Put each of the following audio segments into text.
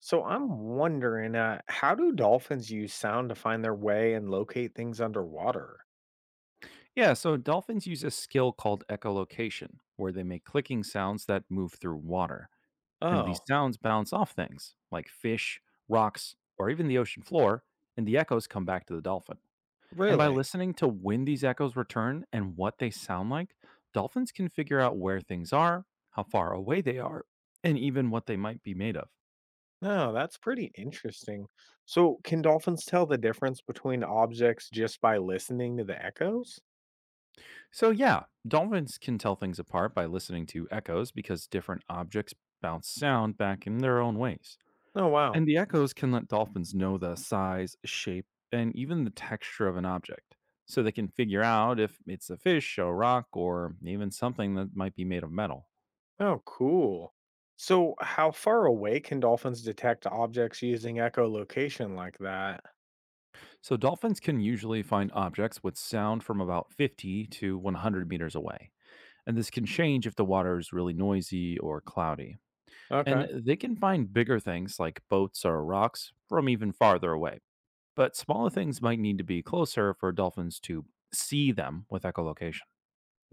So I'm wondering, how do dolphins use sound to find their way and locate things underwater? Yeah, so dolphins use a skill called echolocation, where they make clicking sounds that move through water. And these Oh, sounds bounce off things like fish, rocks, or even the ocean floor, and the echoes come back to the dolphin. And by really? listening to when these echoes return and what they sound like, dolphins can figure out where things are, how far away they are, and even what they might be made of. No, that's pretty interesting. So, can dolphins tell the difference between objects just by listening to the echoes? So, yeah, dolphins can tell things apart by listening to echoes because different objects bounce sound back in their own ways. Oh, wow. And the echoes can let dolphins know the size, shape, and even the texture of an object, so they can figure out if it's a fish, a rock, or even something that might be made of metal. Oh, cool. So, how far away can dolphins detect objects using echolocation like that? So dolphins can usually find objects with sound from about 50 to 100 meters away, and this can change if the water is really noisy or cloudy. And Okay. they can find bigger things like boats or rocks from even farther away, but smaller things might need to be closer for dolphins to see them with echolocation.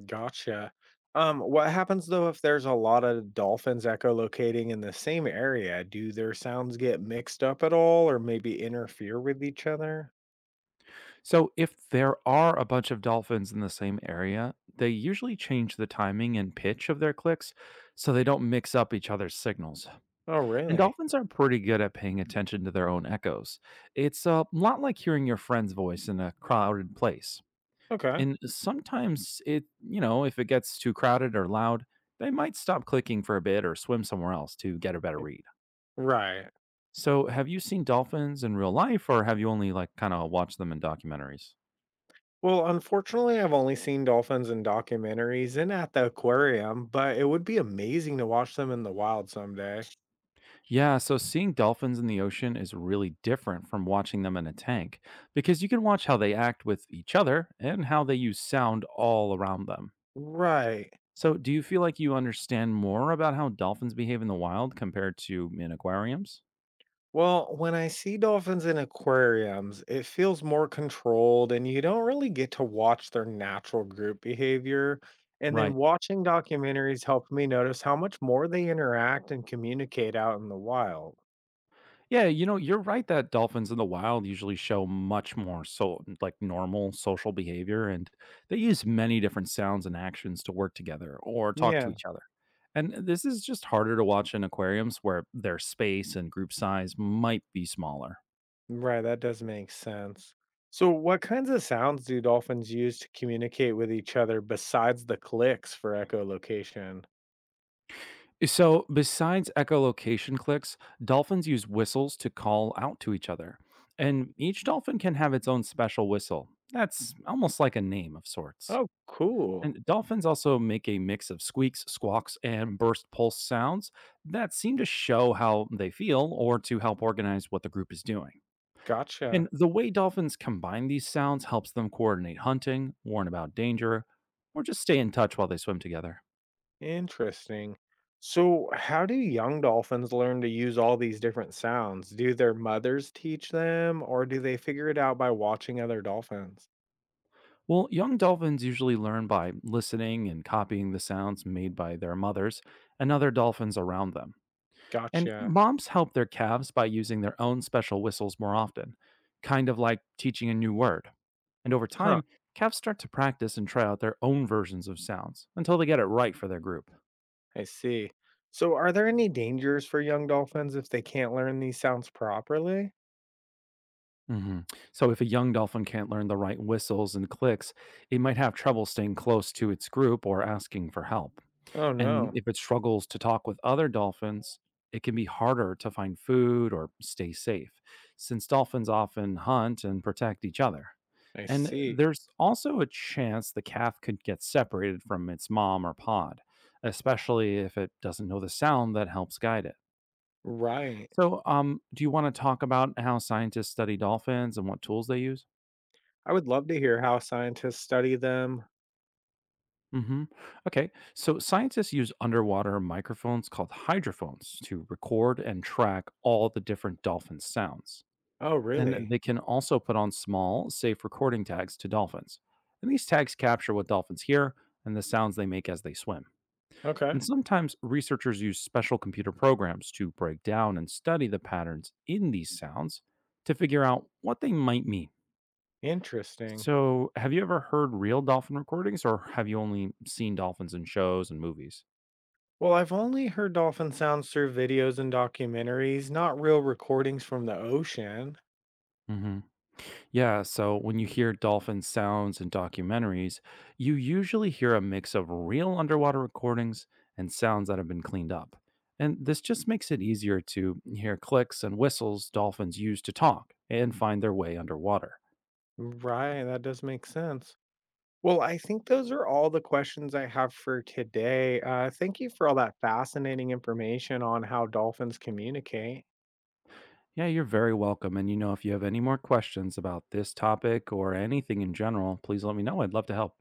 Gotcha. What happens though if there's a lot of dolphins echolocating in the same area? Do their sounds get mixed up at all or maybe interfere with each other? So, if there are a bunch of dolphins in the same area, they usually change the timing and pitch of their clicks so they don't mix up each other's signals. Oh, And really? dolphins are pretty good at paying attention to their own echoes. It's a lot like hearing your friend's voice in a crowded place. Okay. And sometimes if it gets too crowded or loud, they might stop clicking for a bit or swim somewhere else to get a better Like- read. Right. So, have you seen dolphins in real life or have you only like kind of watched them in documentaries? Well, unfortunately, I've only seen dolphins in documentaries and at the aquarium, but it would be amazing to watch them in the wild someday. Yeah, so seeing dolphins in the ocean is really different from watching them in a tank because you can watch how they act with each other and how they use sound all around them. Right. So, do you feel like you understand more about how dolphins behave in the wild compared to in aquariums? Well, when I see dolphins in aquariums, it feels more controlled and you don't really get to watch their natural group behavior. And then Right. watching documentaries helped me notice how much more they interact and communicate out in the wild. Yeah, you know, you're right that dolphins in the wild usually show much more so like normal social behavior and they use many different sounds and actions to work together or talk to Yeah, each other. And this is just harder to watch in aquariums where their space and group size might be smaller. right. That does make sense. So, what kinds of sounds do dolphins use to communicate with each other besides the clicks for echolocation? So, besides echolocation clicks, dolphins use whistles to call out to each other. And each dolphin can have its own special whistle. That's almost like a name of sorts. Oh, cool. And dolphins also make a mix of squeaks, squawks, and burst pulse sounds that seem to show how they feel or to help organize what the group is doing. Gotcha. And the way dolphins combine these sounds helps them coordinate hunting, warn about danger, or just stay in touch while they swim together. Interesting. So, how do young dolphins learn to use all these different sounds? Do their mothers teach them, or do they figure it out by watching other dolphins? Well, young dolphins usually learn by listening and copying the sounds made by their mothers and other dolphins around them. And Gotcha. moms help their calves by using their own special whistles more often, kind of like teaching a new word. And over Huh, time, calves start to practice and try out their own versions of sounds until they get it right for their group. I see. So, are there any dangers for young dolphins if they can't learn these sounds properly? Hmm. So, if a young dolphin can't learn the right whistles and clicks, it might have trouble staying close to its group or asking for help. Oh, And no. if it struggles to talk with other dolphins, it can be harder to find food or stay safe, since dolphins often hunt and protect each other. I And see. there's also a chance the calf could get separated from its mom or pod, especially if it doesn't know the sound that helps guide it. Right. So, do you want to talk about how scientists study dolphins and what tools they use? I would love to hear how scientists study them. Hmm. Okay, so scientists use underwater microphones called hydrophones to record and track all the different dolphin sounds. Oh, And really? they can also put on small, safe recording tags to dolphins. And these tags capture what dolphins hear and the sounds they make as they swim. Okay. And sometimes researchers use special computer programs to break down and study the patterns in these sounds to figure out what they might mean. Interesting. So, have you ever heard real dolphin recordings or have you only seen dolphins in shows and movies? Well, I've only heard dolphin sounds through videos and documentaries, not real recordings from the ocean. Hmm. Yeah, so when you hear dolphin sounds in documentaries, you usually hear a mix of real underwater recordings and sounds that have been cleaned up. And this just makes it easier to hear clicks and whistles dolphins use to talk and find their way underwater. Right, that does make sense. Well, I think those are all the questions I have for today. Thank you for all that fascinating information on how dolphins communicate. Yeah, you're very welcome. And you know, if you have any more questions about this topic or anything in general, please let me know. I'd love to help.